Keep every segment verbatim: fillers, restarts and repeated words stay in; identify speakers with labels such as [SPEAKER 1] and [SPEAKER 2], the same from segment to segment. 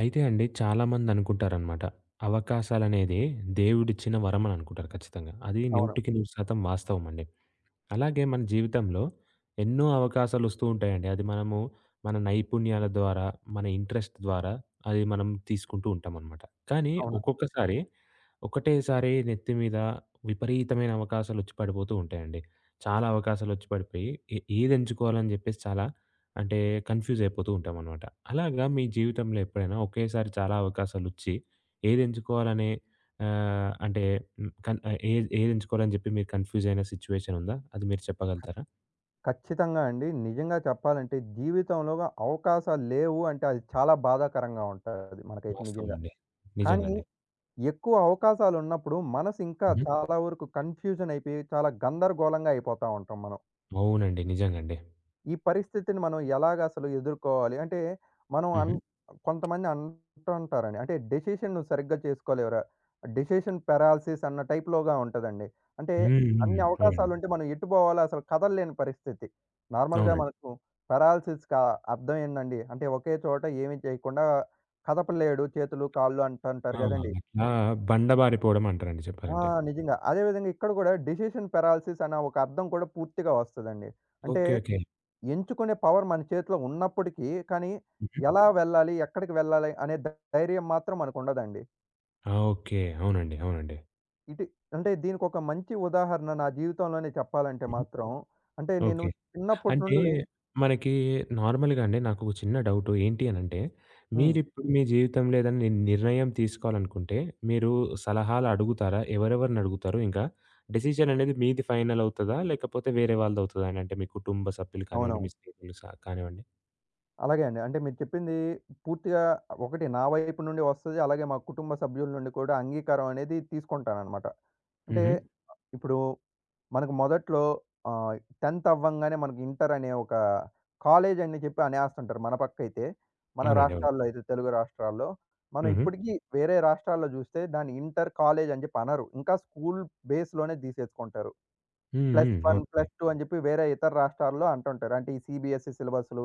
[SPEAKER 1] అయితే అండి చాలామంది అనుకుంటారనమాట. అవకాశాలనేది దేవుడిచ్చిన వరం అని అనుకుంటారు ఖచ్చితంగా. అది
[SPEAKER 2] అవును.
[SPEAKER 1] నూటికి నూరు శాతం వాస్తవం అండి. అలాగే మన జీవితంలో ఎన్నో అవకాశాలొస్తూ ఉంటాయండి. అది మనము మన నైపుణ్యాల ద్వారా, మన ఇంట్రెస్ట్ ద్వారా అది మనం తీసుకుంటూ ఉంటామనమాట. కానీ
[SPEAKER 2] అవునండి.
[SPEAKER 1] ఒక్కొక్కసారి ఒకటేసారి నెత్తి మీద విపరీతమైన అవకాశాలొచ్చి పడిపోతూ ఉంటాయండి. చాలా అవకాశాలొచ్చి పడిపోయి ఏ ఏది ఎంచుకోవాలని జెప్పేసి చాలా అంటే కన్‌ఫ్యూజ్ అయిపోతూ ఉంటామనమాట. అలాగా మీ జీవితంలో ఎప్పుడైనా ఒకేసారి చాలా అవకాశాలొచ్చి ఏది ఎంచుకోవాలనే ఆహ్, అంటే హ్మ్. కన్ ఆహ్, ఏది ఏది ఎంచుకోవాలని జెప్పి మీరు కన్‌ఫ్యూజ్ అయిన సిట్యుయేషన్ ఉందా? అది మీరు చెప్పగలుగుతారా?
[SPEAKER 2] ఖచ్చితంగా అండి. నిజంగా చెప్పాలంటే జీవితంలో అవకాశాలు లేవు అంటే అది చాలా బాధాకరంగా ఉంటది మనకైతే
[SPEAKER 1] వాస్తవం
[SPEAKER 2] నిజంగా.
[SPEAKER 1] అండి. నిజంగా
[SPEAKER 2] కానీ
[SPEAKER 1] అండి.
[SPEAKER 2] ఎక్కువ అవకాశాలున్నప్పుడు మనసు ఇంకా
[SPEAKER 1] హుహు.
[SPEAKER 2] చాలా వరకు కన్‌ఫ్యూజన్ అయిపోయి చాలా గందరగోళంగా అయిపోతా ఉంటాం మనం.
[SPEAKER 1] అవునండి. నిజంగా అండి.
[SPEAKER 2] ఈ పరిస్థితిని మనం ఎలాగ అసలు ఎదుర్కోవాలి? అంటే మనం అన్
[SPEAKER 1] హుహు.
[SPEAKER 2] కొంతమంది అంటుంటారండి. అంటే డెసిషన్ నువ్వు సరిగ్గా చేసుకోలేవురా! డెసిషన్ పారాలిసిస్ అన్న టైప్‌లోగా ఉంటదండి. అంటే
[SPEAKER 1] హ్మ్. హ్మ్.
[SPEAKER 2] అన్ని
[SPEAKER 1] అవునండి.
[SPEAKER 2] అవకాశాలుంటే మనం ఎటు పోవాలో అసలు కదలలేని పరిస్థితి. నార్మల్‌గా
[SPEAKER 1] అవునండి.
[SPEAKER 2] మనకు పారాలిసిస్‌కి ఆహ్, అర్థం ఏందండి? అంటే ఒకే చోట ఏమి చేయకుండా కదపలేడు చేతులు, కాళ్ళు అంటుంటారు
[SPEAKER 1] ఆ!
[SPEAKER 2] గదండీ!
[SPEAKER 1] అట్లా బండబారిపోవడం అంటారండి
[SPEAKER 2] ఆ!
[SPEAKER 1] చెప్పాలంటే.
[SPEAKER 2] నిజంగా. అదేవిధంగా ఇక్కడ గూడా డెసిషన్ పారాలిసిస్ అనే ఒక అర్థం కూడా పూర్తిగా వస్తదండి. అంటే
[SPEAKER 1] ఓకే. ఓకే.
[SPEAKER 2] ఎంచుకునే పవర్ మన చేతిలో ఉన్నప్పటికీ, కానీ
[SPEAKER 1] హుహు.
[SPEAKER 2] ఎలా వెళ్ళాలి? ఎక్కడికి వెళ్ళాలి? అనే ధై- ధైర్యం మాత్రం మనకుండదండి.
[SPEAKER 1] ఆ! ఓకే. అవునండి. అవునండి.
[SPEAKER 2] ఇటు అంటే దీనికొక మంచి ఉదాహరణ నా జీవితంలోనే చెప్పాలంటే
[SPEAKER 1] హుహు.
[SPEAKER 2] మాత్రం, అంటే నేను
[SPEAKER 1] ఓకే.
[SPEAKER 2] చిన్నప్పటి
[SPEAKER 1] అంటే
[SPEAKER 2] నుండి
[SPEAKER 1] మనకి నార్మల్‌గా అండి నాకు ఒక చిన్న డౌటు. ఏంటి అనంటే,
[SPEAKER 2] హ్మ్.
[SPEAKER 1] మీరిప్పుడు మీ జీవితంలో ఏదైనా ని నిర్ణయం తీసుకోవాలనుకుంటే, మీరు సలహాలు అడుగుతారా? ఎవరెవరిని అడుగుతారు? ఇంకా డెసిషన్ అనేది మీది ఫైనల్ అవుతదా? లేకపోతే వేరే వాళ్ళదవుతదా? అని అంటే మీ కుటుంబ సభ్యులు కానివ్వండి,
[SPEAKER 2] అవునవును.
[SPEAKER 1] మీ స్నేహితులు సహా కానివ్వండి.
[SPEAKER 2] అలాగే అండి. అంటే మీరు చెప్పింది పూర్తిగా ఒకటి నా వైపు నుండి వస్తది. అలాగే మా కుటుంబ సభ్యుల నుండి కూడా అంగీకారం అనేది తీసుకుంటాననమాట. అంటే
[SPEAKER 1] హుహు.
[SPEAKER 2] ఇప్పుడు మనకు మొదట్లో ఆహ్, 10థ్ అవ్వంగానే మనకి ఇంటర్ అనే ఒక కాలేజ్ అని చెప్పి అనేస్తుంటారు. మన పక్కైతే, మన
[SPEAKER 1] అవునండి. అవును.
[SPEAKER 2] రాష్ట్రాల్లో అయితే తెలుగు రాష్ట్రాల్లో. మనం
[SPEAKER 1] హుహు.
[SPEAKER 2] ఇప్పటికి వేరే రాష్ట్రాల్లో జూస్తే దాన్ని ఇంటర్ కాలేజ్ అని జెప్పి అనరు. ఇంకా స్కూల్ బేస్‌లోనే తీసేసుకుంటారు.
[SPEAKER 1] హ్మ్.
[SPEAKER 2] ప్లస్
[SPEAKER 1] హ్మ్.
[SPEAKER 2] వన్,
[SPEAKER 1] అవునండి.
[SPEAKER 2] ప్లస్ టూ అని జెప్పి వేరే ఇతర రాష్ట్రాల్లో అంటుంటారు. అంటే ఈ సీబీఎస్‌ఈ సిలబస్‌లు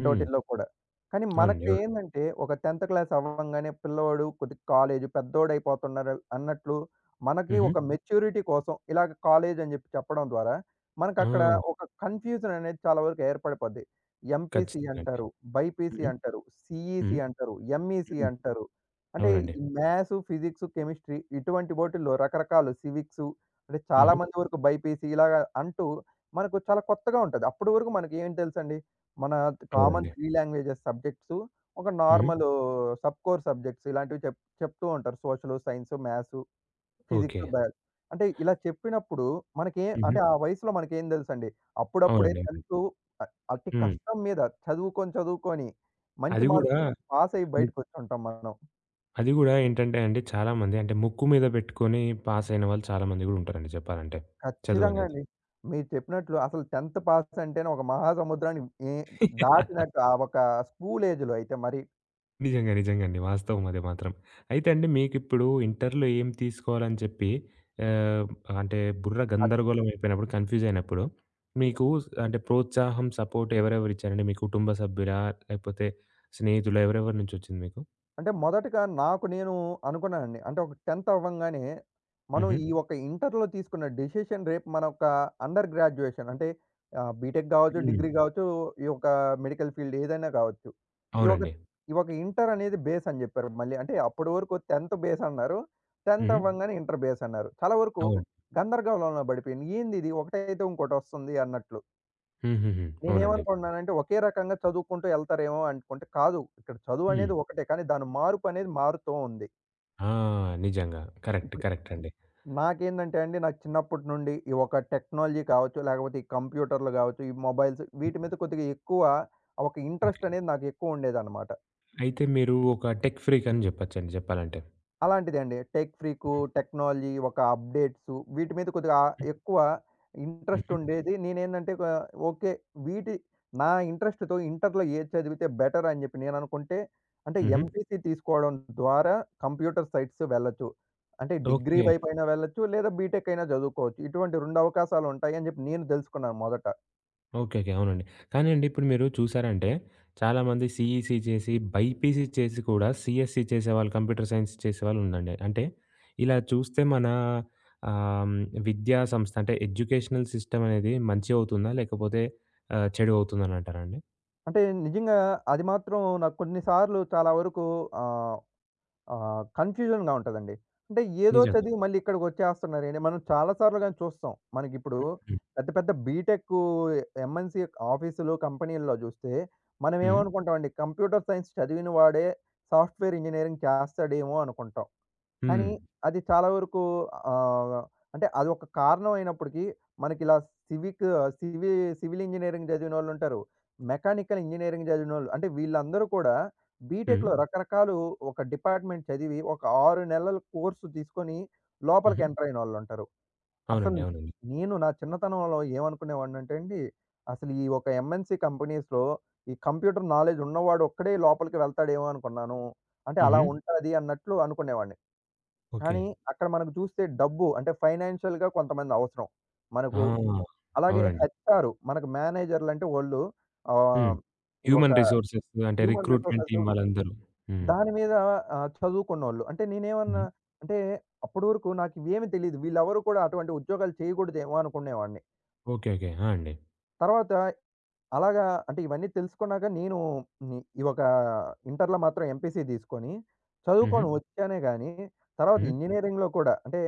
[SPEAKER 1] హ్మ్.
[SPEAKER 2] కూడా. కానీ
[SPEAKER 1] అవునండి. అవును.
[SPEAKER 2] మనకేందంటే ఒక 10థ్ క్లాస్ అవ్వంగానే పిల్లోడు కొద్దిగా కాలేజు పెద్దోడైపోతున్నారు అన్నట్లు మనకి
[SPEAKER 1] హుహు.
[SPEAKER 2] ఒక మెచ్యూరిటీ కోసం ఇలాగ కాలేజ్ అని జెప్పి చెప్పడం ద్వారా
[SPEAKER 1] ఆ!
[SPEAKER 2] మనకక్కడ ఒక కన్‌ఫ్యూజన్ అనేది చాలా వరకు ఏర్పడిపోద్ది. ఎంపీసీ
[SPEAKER 1] ఖచ్చితంగా అండి.
[SPEAKER 2] అంటారు, బైపీసీ
[SPEAKER 1] హుహు.
[SPEAKER 2] అంటారు, సీఈసీ
[SPEAKER 1] హ్మ్.
[SPEAKER 2] అంటారు, ఎంఈసీ
[SPEAKER 1] హ్మ్.
[SPEAKER 2] అంటారు. అంటే
[SPEAKER 1] అవునండి.
[SPEAKER 2] ఈ మ్యాథ్స్, ఫిజిక్స్, కెమిస్ట్రీ ఇటువంటి బోటిల్లో రకరకాలు సివిక్సు అంటే చాలా
[SPEAKER 1] హుహు.
[SPEAKER 2] మంది వరకు భైపీసీ ఇలాగ అంటూ మనకు చాలా కొత్తగా ఉంటది. అప్పటి వరకు మనకేం తెలుసండి. మన కామన్
[SPEAKER 1] అవునండి.
[SPEAKER 2] మూడు లాంగ్వేజెస్ సబ్జెక్ట్సు, ఒక
[SPEAKER 1] హుహు.
[SPEAKER 2] నార్మల్ సబ్ కోర్ సబ్జెక్ట్స్ ఇలాంటివి చెప్ చెప్తూ ఉంటారు. Social, science, maths,
[SPEAKER 1] okay.
[SPEAKER 2] Physics, biology. అంటే ఇలా చెప్పినప్పుడు మనకే
[SPEAKER 1] హుహు.
[SPEAKER 2] అంటే ఆ వయసులో మనకేం తెలుసండి.
[SPEAKER 1] అవునండి.
[SPEAKER 2] అప్పుడప్పుడే
[SPEAKER 1] అవునండి.
[SPEAKER 2] 10థ్ అ అతి
[SPEAKER 1] హ్మ్.
[SPEAKER 2] కష్టం మీద చదువుకొని, చదువుకొని మంచి
[SPEAKER 1] అది గూడా
[SPEAKER 2] మార్కులతో పాసయ్యి
[SPEAKER 1] ము
[SPEAKER 2] బయటకొచ్చుంటాం మనం.
[SPEAKER 1] అది గూడా ఏంటంటే అండి చాలామంది అంటే ముక్కు మీద పెట్టుకొని పాస్ అయిన వాళ్ళు చాలామంది గూడా ఉంటారండి చెప్పాలంటే.
[SPEAKER 2] ఖచ్చితంగా
[SPEAKER 1] చదువనేది.
[SPEAKER 2] అండి. మీరు చెప్పినట్లు అసలు 10థ్ పాస్ అంటేనే ఒక మహాసముద్రాన్ని ఏ దాటినట్టు ఆ ఒక స్కూల్ ఏజ్‌లో అయితే మరి.
[SPEAKER 1] నిజంగా. నిజంగా అండి. వాస్తవం అది మాత్రం. అయితే అండి మీకిప్పుడు ఇంటర్‌లో ఏం తీసుకోవాలని చెప్పి ఆహ్, అంటే బుర్ర గందరగోళం అయిపోయినప్పుడు, కన్‌ఫ్యూజ్ అయినప్పుడు మీకు స్- అంటే ప్రోత్సాహం, సపోర్ట్ ఎవరెవరు ఇచ్చారండి? మీ కుటుంబ సభ్యులా? లేకపోతే స్నేహితులా? ఎవరెవరి నుంచొచ్చింది మీకు?
[SPEAKER 2] అంటే మొదటగా నాకు నేను అనుకున్నానండి. అంటే ఒక 10థ్ అవ్వంగానే మనం
[SPEAKER 1] హుహు.
[SPEAKER 2] ఈ ఒక ఇంటర్‌లో తీసుకున్న డెసిషన్ రేపు మన ఒక అండర్ గ్రాడ్యుయేషన్ అంటే ఆహ్, బీటెక్ గావచ్చు,
[SPEAKER 1] హ్మ్.
[SPEAKER 2] డిగ్రీ గావచ్చు, ఈ యొక్క మెడికల్ ఫీల్డ్ ఏదైనా గావచ్చు. ఈ ఒక
[SPEAKER 1] అవునండి.
[SPEAKER 2] ఈ ఒక ఇంటర్ అనేది బేస్ అని జెప్పారు మళ్ళీ. అంటే అప్పటి వరకు 10థ్ బేస్ అన్నారు. 10థ్ హ్మ్.
[SPEAKER 1] హ్మ్.
[SPEAKER 2] అవ్వంగానే ఇంటర్ బేస్ అన్నారు. చాలా వరకు
[SPEAKER 1] అవును.
[SPEAKER 2] గందరగోళంలో పడిపోయాను. ఏందిది ఒకటైతే ఇంకోటొస్తుంది అన్నట్లు.
[SPEAKER 1] హుహుహు. అవునండి.
[SPEAKER 2] నేనేమనుకుంటున్నానంటే, ఒకే రకంగా చదువుకుంటూ ఎళ్తారేమో అనుకుంటే, కాదు. ఇక్కడ
[SPEAKER 1] హ్మ్.
[SPEAKER 2] చదువనేది ఒకటే, కానీ దాని మార్పు అనేది మారుతూ ఉంది.
[SPEAKER 1] ఆ! నిజంగా. కరెక్ట్.
[SPEAKER 2] ఇప్పుడు
[SPEAKER 1] కరెక్ట్ అండి.
[SPEAKER 2] నాకేందంటే అండి, నాకు చిన్నప్పటి నుండి ఈ ఒక టెక్నాలజీ కావచ్చు, లేకపోతే ఈ కంప్యూటర్లు కావచ్చు, ఈ మొబైల్స్ వీటి మీద కొద్దిగా ఎక్కువ ఒక
[SPEAKER 1] ఓకే.
[SPEAKER 2] ఇంట్రెస్ట్ అనేది నాకు ఎక్కువ ఉండేదన్నమాట.
[SPEAKER 1] అయితే మీరు ఒక టెక్ ఫ్రీక్ అని జెప్పొచ్చండి జెప్పాలంటే.
[SPEAKER 2] అలాంటిదండి. టెక్ ఫ్రీకు, టెక్నాలజీ, ఒక అప్డేట్సు వీటి మీద కొద్దిగా ఆహ్, ఎక్కువ ఇంట్రెస్ట్
[SPEAKER 1] హుహు.
[SPEAKER 2] ఉండేది. నేనేందంటే ఒక ఓకే. వీటి నా ఇంట్రెస్ట్‌తో ఇంటర్‌లో ఏది చదివితే బెటర్ అని జెప్పి నేననుకుంటే, అంటే
[SPEAKER 1] హుహు.
[SPEAKER 2] ఎంపీసీ తీసుకోవడం ద్వారా కంప్యూటర్ సైట్స్ వెళ్ళొచ్చు. అంటే డిగ్రీ
[SPEAKER 1] ఓకే.
[SPEAKER 2] వైపైనా వెళ్ళొచ్చు. లేదా బీటెక్ అయినా చదువుకోవచ్చు. ఇటువంటి రెండు అవకాశాలుంటాయి అని జెప్పి నేను దెలుసుకున్నాను మొదట.
[SPEAKER 1] ఓకే. ఓకే. అవునండి. కానీ అండి ఇప్పుడు మీరు చూసారంటే చాలామంది సీఈసీ చేసి, బైపీసీ చేసి కూడా సీఎస్‌సి చేసేవాళ్ళు, కంప్యూటర్ సైన్స్ చేసేవాళ్ళు ఉండండి. అంటే ఇలా చూస్తే మన ఆహ్, హ్మ్, విద్యా సంస్థ అంటే ఎడ్యుకేషనల్ సిస్టమ్ అనేది మంచి అవుతుందా? లేకపోతే ఆహ్, చెడు అవుతుందని అంటారా అండి?
[SPEAKER 2] అంటే నిజంగా అది మాత్రం నాకు కొన్ని సార్లు చాలా వరకు ఆహ్, ఆహ్, కన్‌ఫ్యూజన్‌గా ఉంటదండి. అంటే ఏదో
[SPEAKER 1] నిజంగా.
[SPEAKER 2] చదివి మళ్ళీ ఇక్కడికొచ్చేస్తున్నారేంటి మనం చాలా సార్లు గాని చూస్తాం. మనకిప్పుడు
[SPEAKER 1] హ్మ్.
[SPEAKER 2] పెద్ద పెద్ద బీటెక్కు, ఎంఎన్‌సీ ఆఫీసులు, కంపెనీల్లో జూస్తే
[SPEAKER 1] హ్మ్.
[SPEAKER 2] మనమేమనుకుంటామండి కంప్యూటర్ సైన్స్ చదివిన వాడే సాఫ్ట్‌వేర్ ఇంజినీరింగ్ చేస్తాడేమో అనుకుంటాం.
[SPEAKER 1] హ్మ్.
[SPEAKER 2] కానీ అది చాలా వరకు ఆహ్, అంటే అదొక కారణం అయినప్పటికీ, మనకిలా సివిక్ సివి సివిల్ ఇంజినీరింగ్ చదివినోళ్ళుంటారు. మెకానికల్ ఇంజినీరింగ్ చదివినోళ్ళు. అంటే వీళ్ళందరూ కూడా
[SPEAKER 1] హ్మ్.
[SPEAKER 2] బీటెక్‌లో రకరకాలు ఒక డిపార్ట్మెంట్ చదివి, ఒక ఆరు నెలల కోర్సు తీసుకొని
[SPEAKER 1] హ్మ్.
[SPEAKER 2] లోపలికి
[SPEAKER 1] హ్మ్.
[SPEAKER 2] ఎంటర్ అయినోళ్ళుంటారు. అసలు
[SPEAKER 1] అవునండి. అవునండి.
[SPEAKER 2] నేను నా చిన్నతనంలో ఏమనుకునేవాడినంటే అండి, అసలు ఈ ఒక ఎంఎన్‌సి కంపెనీస్‌లో ఈ కంప్యూటర్ నాలెడ్జ్ ఉన్నవాడు ఒక్కడే లోపలికి వెళ్తాడేమో అనుకున్నాను. అంటే అలా
[SPEAKER 1] హుహు.
[SPEAKER 2] ఉంటాది అన్నట్లు అనుకునేవాడిని.
[SPEAKER 1] ఓకే.
[SPEAKER 2] కానీ అక్కడ మనకు చూస్తే డబ్బు అంటే ఫైనాన్షియల్‌గా కొంతమంది అవసరం.
[SPEAKER 1] ఆ!
[SPEAKER 2] మనకు
[SPEAKER 1] హ్మ్.
[SPEAKER 2] అలాగే
[SPEAKER 1] అవునండి.
[SPEAKER 2] హెచ్ఆర్ మనకు మేనేజర్‌లంటే వోళ్ళు
[SPEAKER 1] హ్మ్.
[SPEAKER 2] ఆహ్, ఈ ఒక
[SPEAKER 1] హ్యూమన్ రిసోర్సెస్ అంటే
[SPEAKER 2] హ్యూమన్
[SPEAKER 1] రిక్రూట్‌మెంట్
[SPEAKER 2] రిసోర్సెస్
[SPEAKER 1] టీమ్ వాళ్ళందరూ. హ్మ్.
[SPEAKER 2] దాని మీద ఆహ్, చదువుకున్నోళ్ళు. అంటే నేనేమన్నా
[SPEAKER 1] హ్మ్.
[SPEAKER 2] అంటే అప్పటి వరకు నాకివేమి తెలీదు. వీళ్ళెవరు కూడా అటువంటి ఉద్యోగాలు చేయకూడదేమో అనుకునేవాడిని.
[SPEAKER 1] ఓకే. ఓకే. ఆ! అండి.
[SPEAKER 2] తర్వాత అలాగా అంటే ఇవన్నీ తెలుసుకున్నాక నేను ని ఈ ఒక ఇంటర్‌లో మాత్రం ఎంపీసీ తీసుకొని,
[SPEAKER 1] హుహు.
[SPEAKER 2] చదువుకొని హ్మ్. వచ్చానే గానీ, తర్వాత హ్మ్.
[SPEAKER 1] హ్మ్.
[SPEAKER 2] ఇంజినీరింగ్‌లో కూడా అంటే,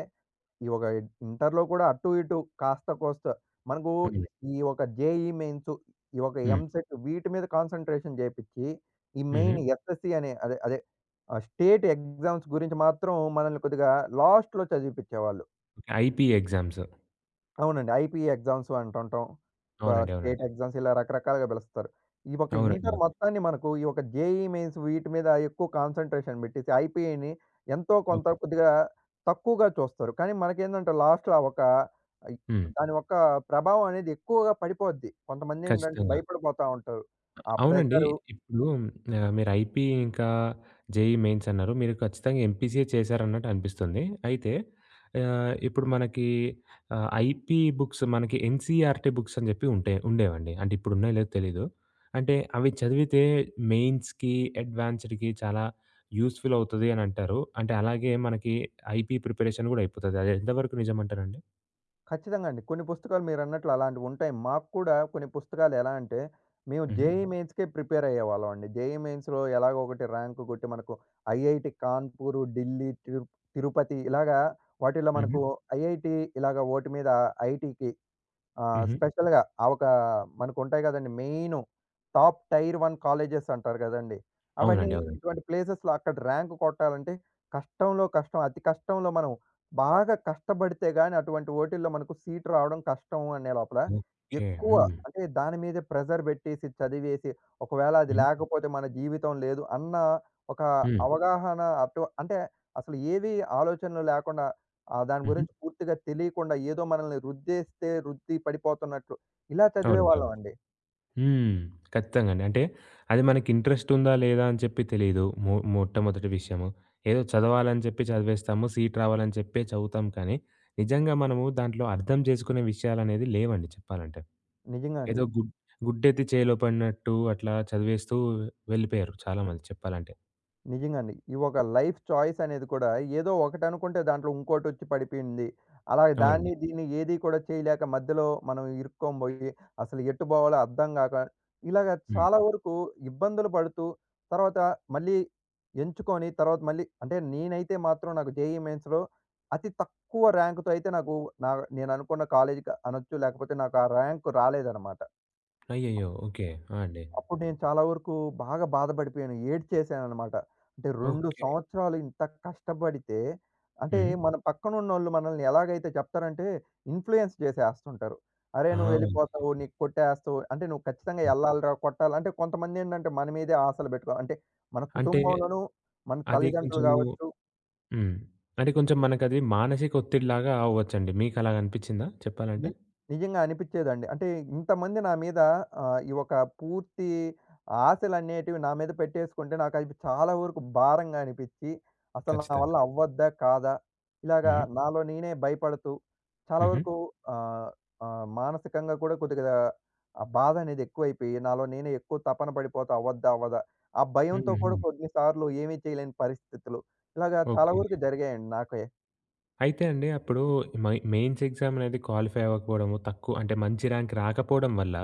[SPEAKER 2] ఈ ఒక ఇంటర్‌లో కూడా అటు ఇటు కాస్త కోస్త మనకు
[SPEAKER 1] అవునండి.
[SPEAKER 2] ఈ ఒక జేఈఈ మెయిన్స్, ఈ ఒక
[SPEAKER 1] హ్మ్.
[SPEAKER 2] ఎంసెట్ వీటి మీద కాన్సంట్రేషన్ చేపిచ్చి, ఈ
[SPEAKER 1] హుహు.
[SPEAKER 2] మెయిన్ ఎస్ఎస్‌సీ అనే అదే అదే ఆహ్, స్టేట్ ఎగ్జామ్స్ గురించి మాత్రం మనల్ని కొద్దిగా లాస్ట్‌లో చదివిపిచ్చేవాళ్ళు.
[SPEAKER 1] ఓకే. IP exams.
[SPEAKER 2] అవునండి. ఐపీ ఎగ్జామ్స్ అంటుంటాం. ఒక
[SPEAKER 1] అవునండి.
[SPEAKER 2] స్టేట్
[SPEAKER 1] అవునండి.
[SPEAKER 2] ఎగ్జామ్స్ ఇలా రకరకాలుగా పిలుస్తారు. ఈ ఒక
[SPEAKER 1] అవునండి.
[SPEAKER 2] ఇంటర్
[SPEAKER 1] అవును.
[SPEAKER 2] మొత్తాన్ని మనకు ఈ ఒక జేఈఈ మెయిన్స్ వీటి మీద ఎక్కువ కాన్సంట్రేషన్ పెట్టేసి ఐపీని ఎంతో కొంత
[SPEAKER 1] ఓకే.
[SPEAKER 2] కొద్దిగా తక్కువగా చూస్తారు. కానీ మనకేందంటే లాస్ట్‌లో ఆ ఒక ఆహ్,
[SPEAKER 1] హ్మ్.
[SPEAKER 2] దాని యొక్క ప్రభావం అనేది ఎక్కువగా పడిపోద్ది. కొంతమందేంటంటే
[SPEAKER 1] ఖచ్చితంగా.
[SPEAKER 2] భయపడిపోతా ఉంటారు. ఆ
[SPEAKER 1] అవునండి.
[SPEAKER 2] ప్రెషరు
[SPEAKER 1] ఇప్పుడు ఆహ్, మీరు ఐపీ ఇంకా జేఈ మెయిన్స్ అన్నారు. మీరు ఖచ్చితంగా ఎంపీసీయే చేశారన్నట్టు అనిపిస్తుంది. అయితే ఆహ్, ఇప్పుడు మనకి ఆహ్, ఐపీ బుక్స్ మనకి ఎన్‌సీఈఆర్‌టీ బుక్స్ అని చెప్పి ఉంటాయి ఉండేవండి. అంటే ఇప్పుడు ఉన్నాయో లేదో తెలీదు. అంటే అవి చదివితే మెయిన్స్‌కి, అడ్వాన్స్డ్‌కి చాలా యూజ్‌ఫుల్ అవుతది అని అంటారు. అంటే అలాగే మనకి ఐపీ ప్రిపరేషన్ కూడా అయిపోతది. అది ఎంతవరకు నిజమంటారండి?
[SPEAKER 2] ఖచ్చితంగా అండి. కొన్ని పుస్తకాలు మీరన్నట్లు అలాంటివుంటాయి. మాకు కూడా కొన్ని పుస్తకాలు ఎలా అంటే, మేము
[SPEAKER 1] హుహు.
[SPEAKER 2] జేఈఈ హ్మ్. మెయిన్స్‌కే ప్రిపేర్ అయ్యేవాళ్ళం అండి. జేఈఈ మెయిన్స్‌లో ఎలాగో ఒకటి ర్యాంక్ కొట్టి మనకు ఐఐటీ కాన్పూర్, ఢిల్లీ, తిరు తిరుపతి ఇలాగా వాటిల్లో
[SPEAKER 1] హుహు.
[SPEAKER 2] మనకు హ్మ్. ఐఐటీ ఇలాగ ఓటి మీద ఐటీకి ఆహ్,
[SPEAKER 1] హుహు.
[SPEAKER 2] స్పెషల్‌గా ఆ ఒక మనకుంటాయి గదండీ! Main top tier one colleges అంటారు గదండీ! అవన్నీ
[SPEAKER 1] అవునండి. అవునండి.
[SPEAKER 2] ఇటువంటి ప్లేసెస్‌లో అక్కడ ర్యాంక్ కొట్టాలంటే కష్టంలో కష్టం. అతి కష్టంలో మనం బాగా కష్టపడితే గాని అటువంటి వోటిల్లో మనకు సీట్ రావడం కష్టం అనే లోపల
[SPEAKER 1] ఓకే.
[SPEAKER 2] ఎక్కువ
[SPEAKER 1] హ్మ్.
[SPEAKER 2] అంటే దాని మీదే ప్రెషర్ బెట్టేసి, చదివేసి ఒకవేళ అది
[SPEAKER 1] హుహు.
[SPEAKER 2] లేకపోతే మన జీవితం లేదు అన్న ఒక
[SPEAKER 1] హ్మ్.
[SPEAKER 2] అవగాహన అటు అంటే అసలు ఏవి ఆలోచనలు లేకుండా ఆ! దాని
[SPEAKER 1] హుహు.
[SPEAKER 2] గురించి పూర్తిగా తెలియకుండా ఏదో మనల్ని రుద్దేస్తే రుద్ది పడిపోతున్నట్లు ఇలా
[SPEAKER 1] అవునండి. అవును.
[SPEAKER 2] చదివేవాళ్ళమండి.
[SPEAKER 1] హ్మ్. ఖచ్చితంగా అండి. అంటే అది మనకి ఇంట్రెస్ట్ ఉందా? లేదా? అని చెప్పి తెలీదు. మొ మొట్టమొదటి విషయము. ఏదో చదవాలని చెప్పి చదివేస్తాము. సీట్ రావాలని చెప్పే చదువుతాం కానీ, నిజంగా మనము దాంట్లో అర్థం చేసుకునే విషయాలనేది లేవండి చెప్పాలంటే.
[SPEAKER 2] నిజంగా అండి.
[SPEAKER 1] ఏదో గుడ్ గుడ్డెత్తి చేలో పడినట్టు అట్లా చదివేస్తూ వెళ్ళిపోయారు చాలామంది చెప్పాలంటే.
[SPEAKER 2] నిజంగండి. ఈ ఒక లైఫ్ చాయిస్ అనేది కూడా ఏదో ఒకటనుకుంటే దాంట్లో ఇంకోటొచ్చి పడిపోయింది. అలా
[SPEAKER 1] అవునండి.
[SPEAKER 2] దాన్ని దీన్ని ఏది కూడా చేయలేక మధ్యలో మనం ఇరుక్కోబోయి అసలు ఎటు బోవాలో అర్థం గాక ఇలాగ
[SPEAKER 1] హ్మ్.
[SPEAKER 2] చాలా వరకు ఇబ్బందులు పడుతూ తర్వాత మళ్ళీ ఎంచుకొని తర్వాత మళ్ళీ అంటే నేనైతే మాత్రం నాకు జేఈఈ మెయిన్స్‌లో అతి తక్కువ ర్యాంక్‌తో అయితే నాకు నా నేననుకున్న కాలేజీకి అనొచ్చు లేకపోతే నాకు ఆ ర్యాంక్ రాలేదనమాట.
[SPEAKER 1] అయ్యయ్యో! ఓకే. ఆ! అండి.
[SPEAKER 2] అప్పుడు నేను చాలా వరకు బాగా బాధపడిపోయాను. ఏడ్చేశాననమాట. అంటే రెండు
[SPEAKER 1] ఓకే.
[SPEAKER 2] సంవత్సరాలు ఇంత కష్టపడితే అంటే
[SPEAKER 1] హ్మ్.
[SPEAKER 2] మన పక్కనున్నోళ్ళు మనల్ని ఎలాగైతే చెప్తారంటే ఇన్‌ఫ్లూయెన్స్ చేసేస్తుంటారు.
[SPEAKER 1] ఆ!
[SPEAKER 2] "అరేయ్! నువ్వెళ్ళిపోతావు.
[SPEAKER 1] నిజంగండి.
[SPEAKER 2] నీకు కొట్టేస్తావు. అంటే నువ్వు ఖచ్చితంగా
[SPEAKER 1] హ్మ్.
[SPEAKER 2] ఎళ్ళాలిరా, కొట్టాలి" అంటే కొంతమందేంటంటే మన మీదే ఆశలు పెట్టుకో అంటే మన
[SPEAKER 1] అంటే
[SPEAKER 2] కుటుంబంలోనూ, మన
[SPEAKER 1] అది
[SPEAKER 2] తల్లిదండ్రులు
[SPEAKER 1] కొంచెము
[SPEAKER 2] కావచ్చు
[SPEAKER 1] హ్మ్. అంటే కొంచెం మనకది మానసిక ఒత్తిడిలాగా అవ్వచ్చండి. మీకలాగ అనిపిచ్చిందా చెప్పాలంటే?
[SPEAKER 2] ని నిజంగా అనిపిచ్చేదండి. అంటే ఇంతమంది నా మీద ఆహ్, ఈ ఒక పూర్తి ఆశలనేటివి నా మీద పెట్టేసుకుంటే నాకవి చాలా వరకు భారంగా అనిపిచ్చి, అసలు నా
[SPEAKER 1] ఖచ్చితంగా.
[SPEAKER 2] వల్ల అవ్వద్దా? కాదా? ఇలాగా
[SPEAKER 1] హ్మ్.
[SPEAKER 2] నాలో నేనే భయపడుతూ చాలా
[SPEAKER 1] హుహు.
[SPEAKER 2] వరకు ఆహ్, ఆహ్, మానసికంగా కూడా కొద్దిగా ఆ బాధ అనేది ఎక్కువైపోయి, నాలో నేనే ఎక్కువ తపన పడిపోతా అవ్వద్దా? అవ్వదా? ఆ భయంతో
[SPEAKER 1] హుహు.
[SPEAKER 2] కూడా కొన్ని సార్లు ఏమీ చేయలేని పరిస్థితులు. ఇలాగా చాలా
[SPEAKER 1] ఓకే.
[SPEAKER 2] వరకు జరిగాయండి నాకే.
[SPEAKER 1] అయితే అండి అప్పుడు మై మెయిన్స్ ఎగ్జామ్ అనేది క్వాలిఫై అవ్వకపోవడము, తక్కువ అంటే మంచి ర్యాంక్ రాకపోవడం వల్ల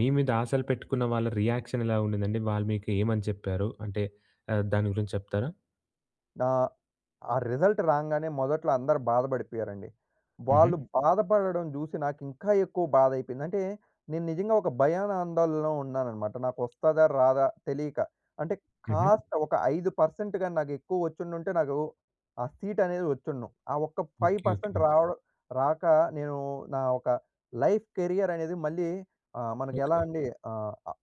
[SPEAKER 1] మీ మీద ఆశలు పెట్టుకున్న వాళ్ళ రియాక్షన్ ఎలా ఉండిందండి? వాళ్ళు మీకు ఏమని చెప్పారు? అంటే ఆహ్, దాని గురించి చెప్తారా?
[SPEAKER 2] నా ఆ రిజల్ట్ రాంగానే మొదట్లో అందరూ బాధపడిపోయారండి.
[SPEAKER 1] హుహు.
[SPEAKER 2] వాళ్ళు బాధపడడం జూసి నాకింకా ఎక్కువ బాధయిపోయింది. అంటే నేను నిజంగా ఒక భయానందోళనలో ఉన్నాననమాట. నాకొస్తదా? రాదా? తెలియక. అంటే
[SPEAKER 1] హుహు.
[SPEAKER 2] కాస్త ఒక ఐదు శాతం గాని నాకెక్కువ వచ్చుండుంటే నాకు ఆ సీటనేది వచ్చుండును. ఆ ఒక్క
[SPEAKER 1] ఓకే.
[SPEAKER 2] ఐదు శాతం
[SPEAKER 1] ఓకే.
[SPEAKER 2] రావడం రాక నేను నా ఒక లైఫ్ కెరియర్ అనేది మళ్ళీ ఆహ్, మనకెలా
[SPEAKER 1] ఓకే.
[SPEAKER 2] అండి ఆహ్, ఆహ్,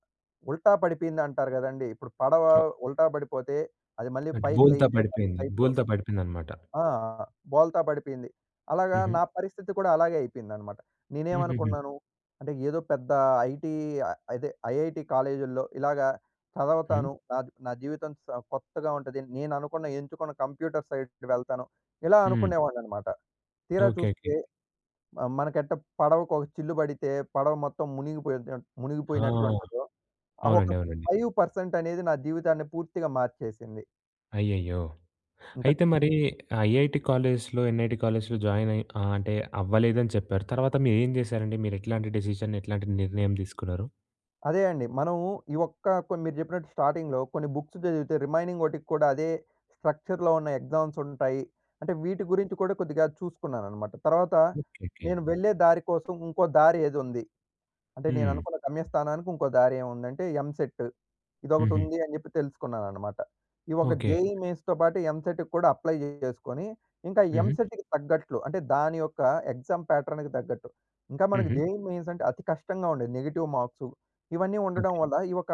[SPEAKER 2] ఉల్టా పడిపోయిందంటారు గదండీ! ఇప్పుడు పడవ
[SPEAKER 1] ఆ!
[SPEAKER 2] ఉల్టా పడిపోతే అది మళ్ళీ
[SPEAKER 1] అంటే
[SPEAKER 2] పైకి
[SPEAKER 1] బోల్తా
[SPEAKER 2] లేయలేదు
[SPEAKER 1] పడిపోయింది.
[SPEAKER 2] టైప్‌లో.
[SPEAKER 1] బోల్తా పడిపోయిందనమాట.
[SPEAKER 2] ఆ! బోల్తా పడిపోయింది. అలాగా
[SPEAKER 1] హుహు.
[SPEAKER 2] నా పరిస్థితి కూడా అలాగే అయిపోయిందనమాట.
[SPEAKER 1] హుహుహు.
[SPEAKER 2] నేనేమనుకున్నాను, అంటే ఏదో పెద్ద ఐటీ ఆహ్, అదే ఐఐటీ కాలేజుల్లో ఇలాగా
[SPEAKER 1] హ్మ్.
[SPEAKER 2] చదవతాను. నా నా జీవితం స కొత్తగా ఉంటది. నేననుకున్న ఎంచుకున్న కంప్యూటర్ సైడ్‌కి వెళ్తాను. ఇలా
[SPEAKER 1] హ్మ్.
[SPEAKER 2] అనుకునేవాడిననమాట. తీరా
[SPEAKER 1] ఓకే. ఓకే.
[SPEAKER 2] చూస్తే ఆహ్, మనకెట్ట పడవకు ఒక చిల్లు పడితే పడవ మొత్తం మునిగిపోయిన
[SPEAKER 1] ఆ!
[SPEAKER 2] మునిగిపోయినట్లుంటదో, ఆ ఒక
[SPEAKER 1] అవునండి. అవునండి.
[SPEAKER 2] ఐదు శాతం అనేది నా జీవితాన్ని పూర్తిగా మార్చేసింది.
[SPEAKER 1] అయ్యయ్యో!
[SPEAKER 2] ఇంక
[SPEAKER 1] అయితే మరి ఐఐటీ కాలేజ్‌లో, ఎన్ఐటీ కాలేజ్‌లో జాయిన్ అయి ఆహ్, అంటే అవ్వలేదని చెప్పారు. తర్వాత మీరేం జేశారండి? మీరు ఎట్లాంటి డెసిషన్, ఎట్లాంటి నిర్ణయం తీసుకున్నారు?
[SPEAKER 2] అదే అండి. మనము ఈ ఒక్క కొ మీరు చెప్పినట్టు స్టార్టింగ్‌లో కొన్ని బుక్స్ చదివితే రిమైనింగ్ వాటికి కూడా అదే స్ట్రక్చర్‌లో ఉన్న ఎగ్జామ్స్ ఉంటాయి. అంటే వీటి గురించి కూడా కొద్దిగా చూసుకున్నాననమాట. తర్వాత
[SPEAKER 1] ఓకే. ఓకే.
[SPEAKER 2] నేను వెళ్ళే దారి కోసం ఇంకో దారి ఏదుంది? అంటే
[SPEAKER 1] హ్మ్.
[SPEAKER 2] నేననుకున్న గమ్యస్థానానికి ఇంకో దారి ఏముందంటే ఎంసెట్.
[SPEAKER 1] హుహు.
[SPEAKER 2] ఇదొకటుంది అని జెప్పి తెలుసుకున్నాననమాట. ఈ ఒక
[SPEAKER 1] ఓకే.
[SPEAKER 2] జేఈఈ మెయిన్స్‌తో పాటు ఎంసెట్‌కి కూడా అప్లై జేసుకొని, ఇంకా
[SPEAKER 1] హుహు.
[SPEAKER 2] ఎంసెట్‌కి తగ్గట్లు అంటే దాని యొక్క ఎగ్జామ్ ప్యాటర్న్‌కి తగ్గట్టు. ఇంకా మనకి
[SPEAKER 1] హుహు.
[SPEAKER 2] జేఈఈ మెయిన్స్ అంటే అతి కష్టంగా ఉండేది. నెగెటివ్ మార్క్సు ఇవన్నీ ఉండడం
[SPEAKER 1] ఓకే.
[SPEAKER 2] వల్ల ఈ ఒక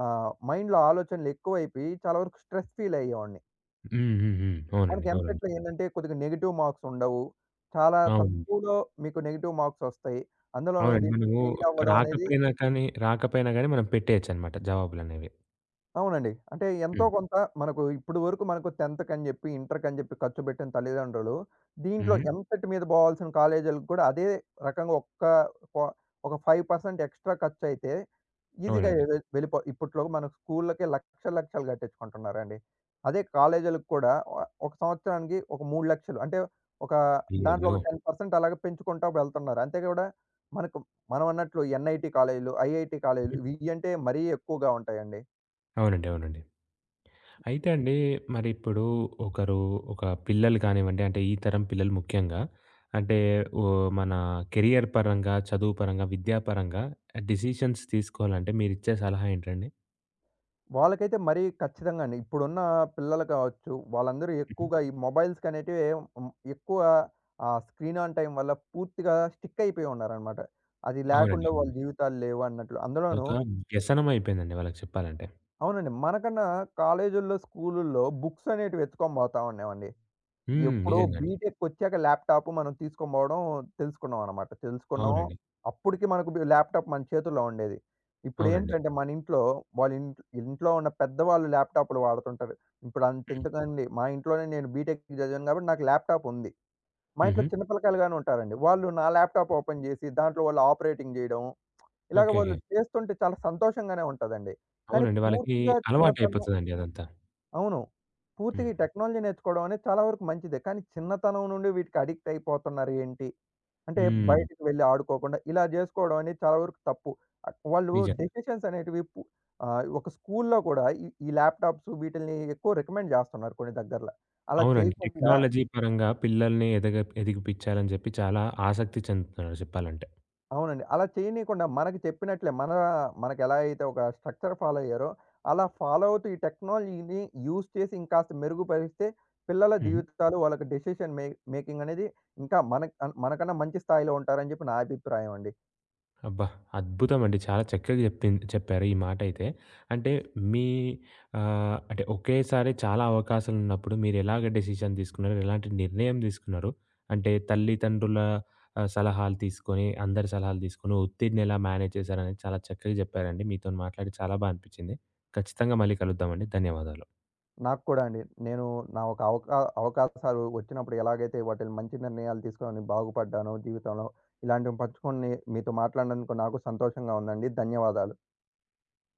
[SPEAKER 2] ఆహ్, మైండ్‌లో ఆలోచనలు ఎక్కువైపోయి చాలా వరకు స్ట్రెస్ ఫీల్ అయ్యేవాడిని.
[SPEAKER 1] హ్మ్. హ్మ్. హ్మ్. అవునండి.
[SPEAKER 2] మనకి
[SPEAKER 1] అవునండి.
[SPEAKER 2] ఎంసెట్‌లో ఏందంటే కొద్దిగా నెగెటివ్ మార్క్స్ ఉండవు. చాలా
[SPEAKER 1] అవును.
[SPEAKER 2] తక్కువలో మీకు నెగెటివ్ మార్క్స్ ఒస్తాయి. అందులోనూ
[SPEAKER 1] అవునండి.
[SPEAKER 2] దీంట్లో
[SPEAKER 1] మనము
[SPEAKER 2] ఫెయిల్ అవ్వడం అనేది
[SPEAKER 1] రాకపోయినా కానీ, రాకపోయినా గానీ మనం పెట్టేయొచ్చనమాట జవాబులనేవి.
[SPEAKER 2] అవునండి. అంటే ఎంతో
[SPEAKER 1] హ్మ్.
[SPEAKER 2] కొంత మనకు ఇప్పుడు వరకు మనకు 10థ్ కని జెప్పి, ఇంటర్ కని జెప్పి ఖర్చు పెట్టిన తల్లిదండ్రులు, దీంట్లో
[SPEAKER 1] హుహు.
[SPEAKER 2] ఎంసెట్ మీద బోవాల్సిన కాలేజీలకు కూడా అదే రకంగా ఒక్క ఒ ఒక ఐదు శాతం ఎక్స్‌ట్రా ఖర్చయితే ఈజీ‌గా
[SPEAKER 1] అవునండి.
[SPEAKER 2] వె వెళ్ళిపో ఇప్పట్లో మన స్కూళ్ళకే లక్షలు, లక్షలు గట్టించుకుంటున్నారండి. అదే కాలేజీలకు కూడా ఒ ఒక సంవత్సరానికి ఒక మూడు లక్షలు అంటే ఒక దాంట్లో
[SPEAKER 1] అయ్యయ్యో!
[SPEAKER 2] ఒక పది శాతం అలాగే పెంచుకుంటా వెళ్తున్నారు. అంతే కూడా మనకు మనం అన్నట్లు ఎన్‌ఐటీ కాలేజీలు, ఐఐటీ కాలేజీలు
[SPEAKER 1] హుహు.
[SPEAKER 2] ఇయ్యంటే మరీ ఎక్కువగా ఉంటాయండి.
[SPEAKER 1] అవునండి. అవునండి. అయితే అండి, మరిప్పుడు ఒకరు ఒక పిల్లలు కానివ్వండి, అంటే ఈ తరం పిల్లలు ముఖ్యంగా అంటే ఓహ్, మన కెరియర్ పరంగా, చదువు పరంగా, విద్యాపరంగా డిసిషన్స్ తీసుకోవాలంటే మీరిచ్చే సలహా ఏంటండి?
[SPEAKER 2] వాళ్ళకైతే మరీ ఖచ్చితంగా అండి. ఇప్పుడున్న పిల్లలు కావచ్చు, వాళ్ళందరూ
[SPEAKER 1] హుహు.
[SPEAKER 2] ఎక్కువగా ఈ మొబైల్స్‌కి అనేటివి హ్మ్, ఎక్కువ ఆహ్, స్క్రీన్ ఆన్ టైమ్ వల్ల పూర్తిగా స్టిక్ అయిపోయి ఉన్నారనమాట. అది
[SPEAKER 1] అవునండి.
[SPEAKER 2] లేకుండా వాళ్ళ
[SPEAKER 1] అవునండి.
[SPEAKER 2] జీవితాలు లేవు అన్నట్లు. అందులోనూ
[SPEAKER 1] ఒక వ్యసనం అయిపోయిందండి వాళ్ళకి చెప్పాలంటే.
[SPEAKER 2] అవునండి. మనకన్నా కాలేజీల్లో, స్కూలుల్లో బుక్స్ అనేటివి ఎత్తుకొని పోతా ఉండేవండి.
[SPEAKER 1] హ్మ్.
[SPEAKER 2] ఎప్పుడో
[SPEAKER 1] నిజంగండి.
[SPEAKER 2] బీటెక్‌కొచ్చాక ల్యాప్‌టాప్ మనం తీసుకొనిపోవడం తెలుసుకున్నాం అనమాట. తెలుసుకున్నాం.
[SPEAKER 1] అవునండి.
[SPEAKER 2] అప్పటికి మనకు బి ల్యాప్‌టాప్ మన చేతుల్లో ఉండేది.
[SPEAKER 1] అవునండి.
[SPEAKER 2] ఇప్పుడేంటంటే మన ఇంట్లో వాళ్ళ ఇంట్ ఇంట్లో ఉన్న పెద్దవాళ్ళు ల్యాప్‌టాప్‌లు వాడుతుంటారు. ఇప్పుడు
[SPEAKER 1] హ్మ్.
[SPEAKER 2] అంతెందుకండి మా ఇంట్లోనే నేను బీటెక్ చదివాను కాబట్టి నాకు ల్యాప్‌టాప్ ఉంది. మా ఇంట్లో
[SPEAKER 1] హుహు.
[SPEAKER 2] చిన్న పిల్లకాయలుగానే ఉంటారండి. వాళ్ళు నా ల్యాప్‌టాప్ ఓపెన్ చేసి దాంట్లో వాళ్ళు ఆపరేటింగ్ చేయడం. ఇలాగ
[SPEAKER 1] ఓకే. ఓకే.
[SPEAKER 2] వాళ్ళు చేస్తుంటే చాలా సంతోషంగానే ఉంటదండి. కానీ
[SPEAKER 1] అవునండి. వాళ్ళకి
[SPEAKER 2] పూర్తిగా చిన్నతనం
[SPEAKER 1] అలవాటయిపోతదండి అదంతా.
[SPEAKER 2] అవును. పూర్తిగా
[SPEAKER 1] హ్మ్.
[SPEAKER 2] ఈ టెక్నాలజీ నేర్చుకోవడం అనేది చాలా వరకు మంచిదే. కానీ చిన్నతనం నుండి వీటికి అడిక్ట్ అయిపోతున్నారు ఏంటి? అంటే
[SPEAKER 1] హ్మ్.
[SPEAKER 2] బయటికి వెళ్లి ఆడుకోకుండా ఇలా జేసుకోవడం అనేది చాలా వరకు తప్పు. ఆహ్, వాళ్ళు
[SPEAKER 1] నిజం.
[SPEAKER 2] డెసిషన్స్ అనేటివి పు ఆహ్, ఒక స్కూల్లో కూడా ఈ ఈ ల్యాప్‌టాప్స్ వీటిల్ని ఎక్కువ రికమెండ్ జేస్తున్నారు కొన్ని దగ్గరల. అలా
[SPEAKER 1] అవునండి.
[SPEAKER 2] చేయకుండా
[SPEAKER 1] టెక్నాలజీ పరంగా పిల్లల్ని ఎదగ ఎదిగిపిచ్చాలని జెప్పి చాలా ఆసక్తి చెందుతున్నారు చెప్పాలంటే.
[SPEAKER 2] అవునండి. అలా చేయనీయకుండా మనకు చెప్పినట్లే మన మనకెలా అయితే ఒక స్ట్రక్చర్ ఫాలో అయ్యారో, అలా ఫాలో అవుతూ ఈ టెక్నాలజీని యూజ్ చేసి ఇంకాస్త మెరుగుపరిస్తే పిల్లల
[SPEAKER 1] హుహు.
[SPEAKER 2] జీవితాలు వాళ్ళకి డెసిషన్ మే మేకింగ్ అనేది ఇంకా మనక్ అన్ మనకన్నా మంచి స్థాయిలో ఉంటారని చెప్పి నా అభిప్రాయం అండి.
[SPEAKER 1] అబ్బా! అద్భుతమండి. చాలా చక్కగా జెప్పింది చెప్పారు ఈ మాటైతే. అంటే మీ ఆహ్, అంటే ఒకేసారి చాలా అవకాశాలున్నప్పుడు మీరెలాగ డెసిషన్ తీసుకున్నారు? ఎలాంటి నిర్ణయం తీసుకున్నారు? అంటే తల్లిదండ్రుల ఆహ్, సలహాలు తీసుకొని, అందరి సలహాలు తీసుకొని ఒత్తిడిని ఎలా మేనేజ్ చేశారనేది చాలా చక్కగా జెప్పారండి. మీతోని మాట్లాడి చాలా బా అనిపిచ్చింది. ఖచ్చితంగా మళ్ళీ కలుద్దామండి. ధన్యవాదాలు.
[SPEAKER 2] నాకు కూడా అండి. నేను నా ఒక అవకా అవకాశాలు వచ్చినప్పుడు ఎలాగైతే వాటిని మంచి నిర్ణయాలు తీసుకొని బాగుపడ్డానో జీవితంలో, ఇలాంటివి పంచుకొని మీతో మాట్లాడినందుకు నాకు సంతోషంగా ఉందండి. ధన్యవాదాలు.